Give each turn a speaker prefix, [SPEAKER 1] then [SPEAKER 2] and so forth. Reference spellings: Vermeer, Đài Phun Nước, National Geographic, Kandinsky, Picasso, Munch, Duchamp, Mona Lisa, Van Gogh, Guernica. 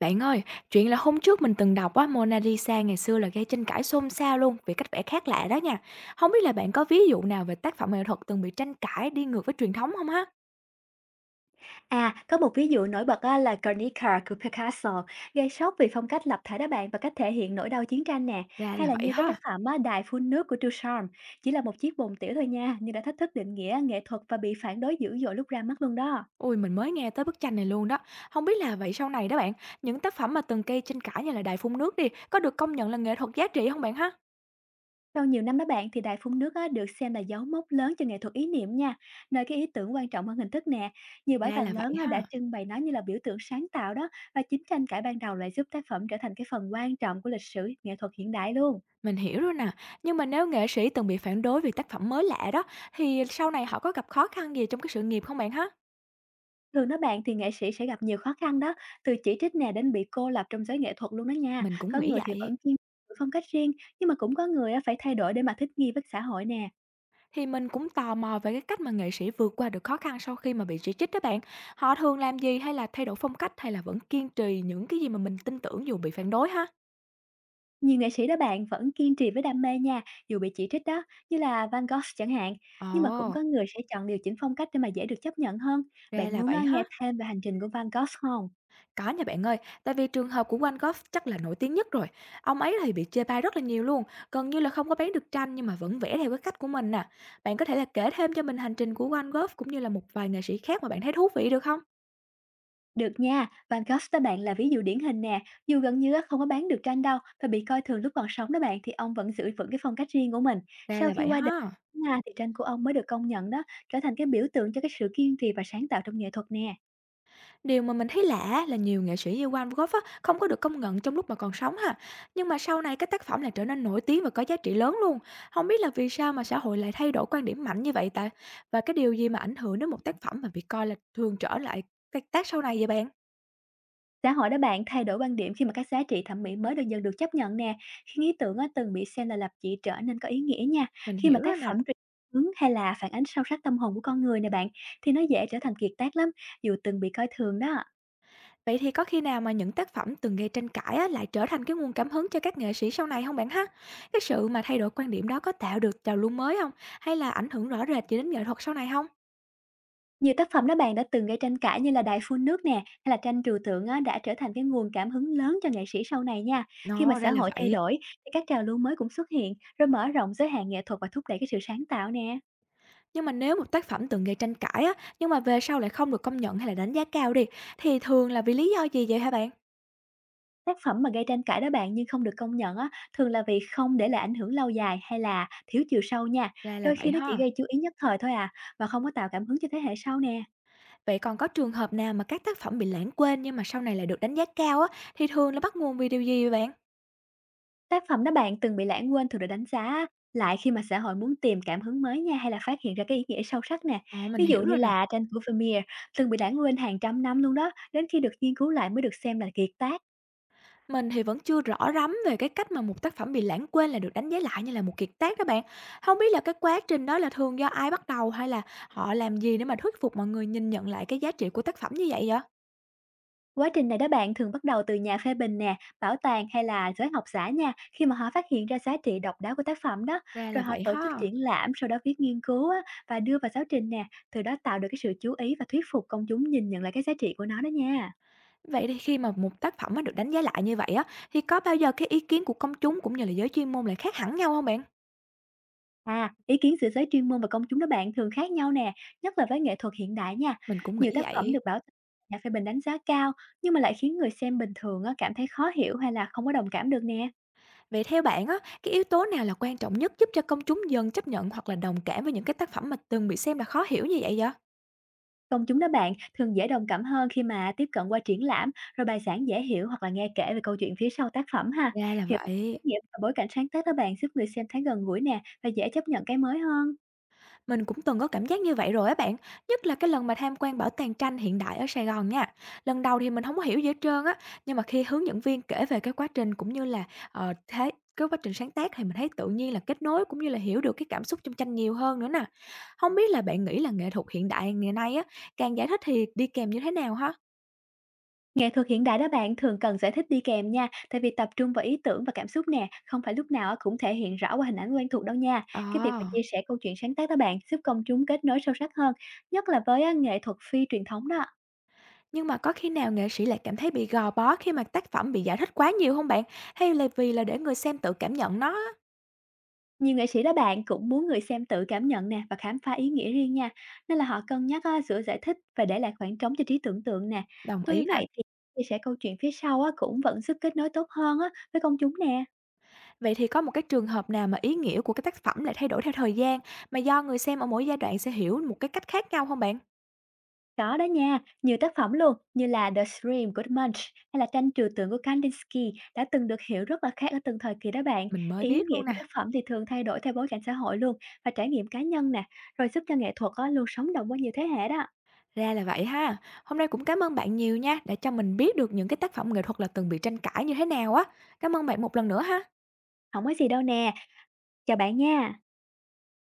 [SPEAKER 1] Bạn ơi, chuyện là hôm trước mình từng đọc á, Mona Lisa ngày xưa là gây tranh cãi xôn xao luôn vì cách vẽ khác lạ đó nha. Không biết là bạn có ví dụ nào về tác phẩm nghệ thuật từng bị tranh cãi đi ngược với truyền thống không ha?
[SPEAKER 2] À, có một ví dụ nổi bật á, là Guernica của Picasso, gây sốc vì phong cách lập thể đó bạn, và cách thể hiện nỗi đau chiến tranh nè,
[SPEAKER 1] Ra
[SPEAKER 2] hay
[SPEAKER 1] là
[SPEAKER 2] là
[SPEAKER 1] vậy
[SPEAKER 2] như cái tác
[SPEAKER 1] ha.
[SPEAKER 2] phẩm á, Đài phun nước của Duchamp, chỉ là một chiếc bồn tiểu thôi nha, nhưng đã thách thức định nghĩa nghệ thuật và bị phản đối dữ dội lúc ra mắt luôn đó.
[SPEAKER 1] Ui, mình mới nghe tới bức tranh này luôn đó. Không biết là vậy sau này đó bạn, những tác phẩm mà từng gây tranh cãi như là Đài Phun Nước đi, có được công nhận là nghệ thuật giá trị không bạn ha?
[SPEAKER 2] Sau nhiều năm đó bạn, thì Đài phun nước á, được xem là dấu mốc lớn cho nghệ thuật ý niệm nha, nơi cái ý tưởng quan trọng hơn hình thức nè. Nhiều bảo
[SPEAKER 1] Ra
[SPEAKER 2] tàng
[SPEAKER 1] là vậy
[SPEAKER 2] lớn á, đã
[SPEAKER 1] ha.
[SPEAKER 2] trưng bày nó như là biểu tượng sáng tạo đó, và chính tranh cãi ban đầu lại giúp tác phẩm trở thành cái phần quan trọng của lịch sử nghệ thuật hiện đại luôn.
[SPEAKER 1] Mình hiểu rồi nè, nhưng mà nếu nghệ sĩ từng bị phản đối vì tác phẩm mới lạ đó, thì sau này họ có gặp khó khăn gì trong cái sự nghiệp không bạn ha?
[SPEAKER 2] Thường đó bạn, thì nghệ sĩ sẽ gặp nhiều khó khăn đó, từ chỉ trích nè đến bị cô lập trong giới nghệ thuật luôn đó nha.
[SPEAKER 1] Mình cũng
[SPEAKER 2] Có
[SPEAKER 1] nghĩ
[SPEAKER 2] người thì
[SPEAKER 1] vậy.
[SPEAKER 2] vẫn kiên giữ phong cách riêng, nhưng mà cũng có người á phải thay đổi để mà thích nghi với xã hội nè.
[SPEAKER 1] Thì mình cũng tò mò về cái cách mà nghệ sĩ vượt qua được khó khăn sau khi mà bị chỉ trích đó bạn. Họ thường làm gì, hay là thay đổi phong cách, hay là vẫn kiên trì những cái gì mà mình tin tưởng dù bị phản đối ha?
[SPEAKER 2] Nhiều nghệ sĩ đó bạn vẫn kiên trì với đam mê nha, dù bị chỉ trích đó, như là Van Gogh chẳng hạn. Nhưng mà cũng
[SPEAKER 1] Ồ,
[SPEAKER 2] có người sẽ chọn điều chỉnh phong cách để mà dễ được chấp nhận hơn.
[SPEAKER 1] ra
[SPEAKER 2] Bạn
[SPEAKER 1] là
[SPEAKER 2] muốn
[SPEAKER 1] vậy ha.
[SPEAKER 2] nghe thêm về hành trình của Van Gogh không?
[SPEAKER 1] Có nha bạn ơi, tại vì trường hợp của Van Gogh chắc là nổi tiếng nhất rồi. Ông ấy thì bị chê bai rất là nhiều luôn, gần như là không có bán được tranh, nhưng mà vẫn vẽ theo cái cách của mình nè. Bạn có thể là kể thêm cho mình hành trình của Van Gogh, cũng như là một vài nghệ sĩ khác mà bạn thấy thú vị, được không?
[SPEAKER 2] Được nha, Van Gogh đó bạn là ví dụ điển hình nè. Dù gần như á, không có bán được tranh đâu và bị coi thường lúc còn sống đó bạn, thì ông vẫn giữ vững cái phong cách riêng của mình.
[SPEAKER 1] Ra
[SPEAKER 2] Sau
[SPEAKER 1] là
[SPEAKER 2] khi
[SPEAKER 1] vậy
[SPEAKER 2] qua đời
[SPEAKER 1] ha.
[SPEAKER 2] Nga, thì tranh của ông mới được công nhận đó, trở thành cái biểu tượng cho cái sự kiên trì và sáng tạo trong nghệ thuật nè.
[SPEAKER 1] Điều mà mình thấy lạ là nhiều nghệ sĩ như Van Gogh á, không có được công nhận trong lúc mà còn sống ha. Nhưng mà sau này các tác phẩm lại trở nên nổi tiếng và có giá trị lớn luôn. Không biết là vì sao mà xã hội lại thay đổi quan điểm mạnh như vậy ta? Và cái điều gì mà ảnh hưởng đến một tác phẩm mà bị coi là thường trở lại các tác sau này vậy bạn?
[SPEAKER 2] Xã hội đó bạn thay đổi quan điểm khi mà các giá trị thẩm mỹ mới được dần được chấp nhận nè, khiến ý tưởng á, từng bị xem là lập dị trở nên có ý nghĩa nha.
[SPEAKER 1] Mình
[SPEAKER 2] Khi mà
[SPEAKER 1] hiểu
[SPEAKER 2] tác
[SPEAKER 1] rồi nè.
[SPEAKER 2] phẩm truyền hướng hay là phản ánh sâu sắc tâm hồn của con người nè bạn, thì nó dễ trở thành kiệt tác lắm, dù từng bị coi thường đó.
[SPEAKER 1] Vậy thì có khi nào mà những tác phẩm từng gây tranh cãi á, lại trở thành cái nguồn cảm hứng cho các nghệ sĩ sau này không bạn ha? Cái sự mà thay đổi quan điểm đó có tạo được trào lưu mới không? Hay là ảnh hưởng rõ rệt gì đến nghệ thuật sau này không?
[SPEAKER 2] Nhiều tác phẩm đó bạn đã từng gây tranh cãi như là Đại phun nước nè, hay là tranh trừu tượng á, đã trở thành cái nguồn cảm hứng lớn cho nghệ sĩ sau này nha. Khi mà
[SPEAKER 1] Nó
[SPEAKER 2] xã
[SPEAKER 1] ra là
[SPEAKER 2] hội thay
[SPEAKER 1] vậy.
[SPEAKER 2] đổi thì các trào lưu mới cũng xuất hiện, rồi mở rộng giới hạn nghệ thuật và thúc đẩy cái sự sáng tạo nè.
[SPEAKER 1] Nhưng mà nếu một tác phẩm từng gây tranh cãi á, nhưng mà về sau lại không được công nhận hay là đánh giá cao đi, thì thường là vì lý do gì vậy hả bạn?
[SPEAKER 2] Tác phẩm mà gây tranh cãi đó bạn, nhưng không được công nhận á, thường là vì không để lại ảnh hưởng lâu dài hay là thiếu chiều sâu nha.
[SPEAKER 1] Ra là
[SPEAKER 2] Đôi khi
[SPEAKER 1] vậy
[SPEAKER 2] nó chỉ
[SPEAKER 1] ha.
[SPEAKER 2] gây chú ý nhất thời thôi à, và không có tạo cảm hứng cho thế hệ sau nè.
[SPEAKER 1] Vậy còn có trường hợp nào mà các tác phẩm bị lãng quên nhưng mà sau này lại được đánh giá cao á, thì thường là bắt nguồn vì điều gì vậy bạn?
[SPEAKER 2] Tác phẩm đó bạn từng bị lãng quên thường được đánh giá á, lại khi mà xã hội muốn tìm cảm hứng mới nha, hay là phát hiện ra cái ý nghĩa sâu sắc nè.
[SPEAKER 1] Ờ, mình
[SPEAKER 2] Ví dụ
[SPEAKER 1] hiểu
[SPEAKER 2] như
[SPEAKER 1] rồi nè.
[SPEAKER 2] là tranh của Vermeer từng bị lãng quên hàng trăm năm luôn đó, đến khi được nghiên cứu lại mới được xem là kiệt tác.
[SPEAKER 1] Mình thì vẫn chưa rõ lắm về cái cách mà một tác phẩm bị lãng quên là được đánh giá lại như là một kiệt tác đó bạn. Không biết là cái quá trình đó là thường do ai bắt đầu, hay là họ làm gì để mà thuyết phục mọi người nhìn nhận lại cái giá trị của tác phẩm như vậy vậy?
[SPEAKER 2] Quá trình này đó bạn thường bắt đầu từ nhà phê bình nè, bảo tàng hay là giới học giả nha, khi mà họ phát hiện ra giá trị độc đáo của tác phẩm đó,
[SPEAKER 1] Ra là
[SPEAKER 2] rồi họ
[SPEAKER 1] vậy
[SPEAKER 2] tổ chức
[SPEAKER 1] ha.
[SPEAKER 2] triển lãm, sau đó viết nghiên cứu á, và đưa vào giáo trình nè, từ đó tạo được cái sự chú ý và thuyết phục công chúng nhìn nhận lại cái giá trị của nó đó nha.
[SPEAKER 1] Vậy thì khi mà một tác phẩm nó được đánh giá lại như vậy á, thì có bao giờ cái ý kiến của công chúng cũng như là giới chuyên môn lại khác hẳn nhau không bạn?
[SPEAKER 2] À, ý kiến giữa giới chuyên môn và công chúng đó bạn thường khác nhau nè, nhất là với nghệ thuật hiện đại nha.
[SPEAKER 1] Mình cũng
[SPEAKER 2] Nhiều
[SPEAKER 1] nghĩ
[SPEAKER 2] tác phẩm
[SPEAKER 1] vậy.
[SPEAKER 2] được bảo nhà phê bình đánh giá cao, nhưng mà lại khiến người xem bình thường á, cảm thấy khó hiểu hay là không có đồng cảm được nè.
[SPEAKER 1] Vậy theo bạn á, cái yếu tố nào là quan trọng nhất giúp cho công chúng dần chấp nhận hoặc là đồng cảm với những cái tác phẩm mà từng bị xem là khó hiểu như vậy vậy?
[SPEAKER 2] Công chúng đó bạn thường dễ đồng cảm hơn khi mà tiếp cận qua triển lãm, rồi bài giảng dễ hiểu hoặc là nghe kể về câu chuyện phía sau tác phẩm ha.
[SPEAKER 1] Ra là
[SPEAKER 2] Hiểu ý
[SPEAKER 1] vậy.
[SPEAKER 2] nghĩa và bối cảnh sáng tác đó bạn giúp người xem thấy gần gũi nè, và dễ chấp nhận cái mới hơn.
[SPEAKER 1] Mình cũng từng có cảm giác như vậy rồi á bạn, nhất là cái lần mà tham quan bảo tàng tranh hiện đại ở Sài Gòn nha. Lần đầu thì mình không có hiểu gì hết trơn á, nhưng mà khi hướng dẫn viên kể về cái quá trình, cũng như là, thế cái quá trình sáng tác, thì mình thấy tự nhiên là kết nối cũng như là hiểu được cái cảm xúc trong tranh nhiều hơn nữa nè. Không biết là bạn nghĩ là nghệ thuật hiện đại ngày nay á, càng giải thích thì đi kèm như thế nào ha?
[SPEAKER 2] Nghệ thuật hiện đại đó bạn thường cần giải thích đi kèm nha, tại vì tập trung vào ý tưởng và cảm xúc nè, không phải lúc nào á cũng thể hiện rõ qua hình ảnh quen thuộc đâu nha.
[SPEAKER 1] Ờ,
[SPEAKER 2] Cái việc mà chia sẻ câu chuyện sáng tác đó bạn giúp công chúng kết nối sâu sắc hơn, nhất là với á, nghệ thuật phi truyền thống đó.
[SPEAKER 1] nhưng mà có khi nào nghệ sĩ lại cảm thấy bị gò bó khi mà tác phẩm bị giải thích quá nhiều không bạn? Hay là vì là để người xem tự cảm nhận nó á?
[SPEAKER 2] Nhiều nghệ sĩ đó bạn cũng muốn người xem tự cảm nhận nè, và khám phá ý nghĩa riêng nha, nên là họ cân nhắc á, giữa giải thích và để lại khoảng trống cho trí tưởng tượng nè.
[SPEAKER 1] Đồng
[SPEAKER 2] Tuy
[SPEAKER 1] ý nè.
[SPEAKER 2] vậy thì chia sẻ câu chuyện phía sau á, cũng vẫn giúp kết nối tốt hơn á, với công chúng nè.
[SPEAKER 1] Vậy thì có một cái trường hợp nào mà ý nghĩa của cái tác phẩm lại thay đổi theo thời gian, mà do người xem ở mỗi giai đoạn sẽ hiểu một cái cách khác nhau không bạn?
[SPEAKER 2] Có đó nha, nhiều tác phẩm luôn như là The Scream của Munch hay là tranh trừu tượng của Kandinsky đã từng được hiểu rất là khác ở từng thời kỳ đó bạn.
[SPEAKER 1] Mình mới
[SPEAKER 2] Ý
[SPEAKER 1] biết
[SPEAKER 2] nghĩa
[SPEAKER 1] luôn
[SPEAKER 2] của tác
[SPEAKER 1] nè.
[SPEAKER 2] phẩm thì thường thay đổi theo bối cảnh xã hội luôn, và trải nghiệm cá nhân nè, rồi giúp cho nghệ thuật á, luôn sống động qua nhiều thế hệ đó.
[SPEAKER 1] Ra là vậy ha. Hôm nay cũng cảm ơn bạn nhiều nha, đã cho mình biết được những cái tác phẩm nghệ thuật là từng bị tranh cãi như thế nào á. Cảm ơn bạn một lần nữa ha.
[SPEAKER 2] Không có gì đâu nè, chào bạn nha.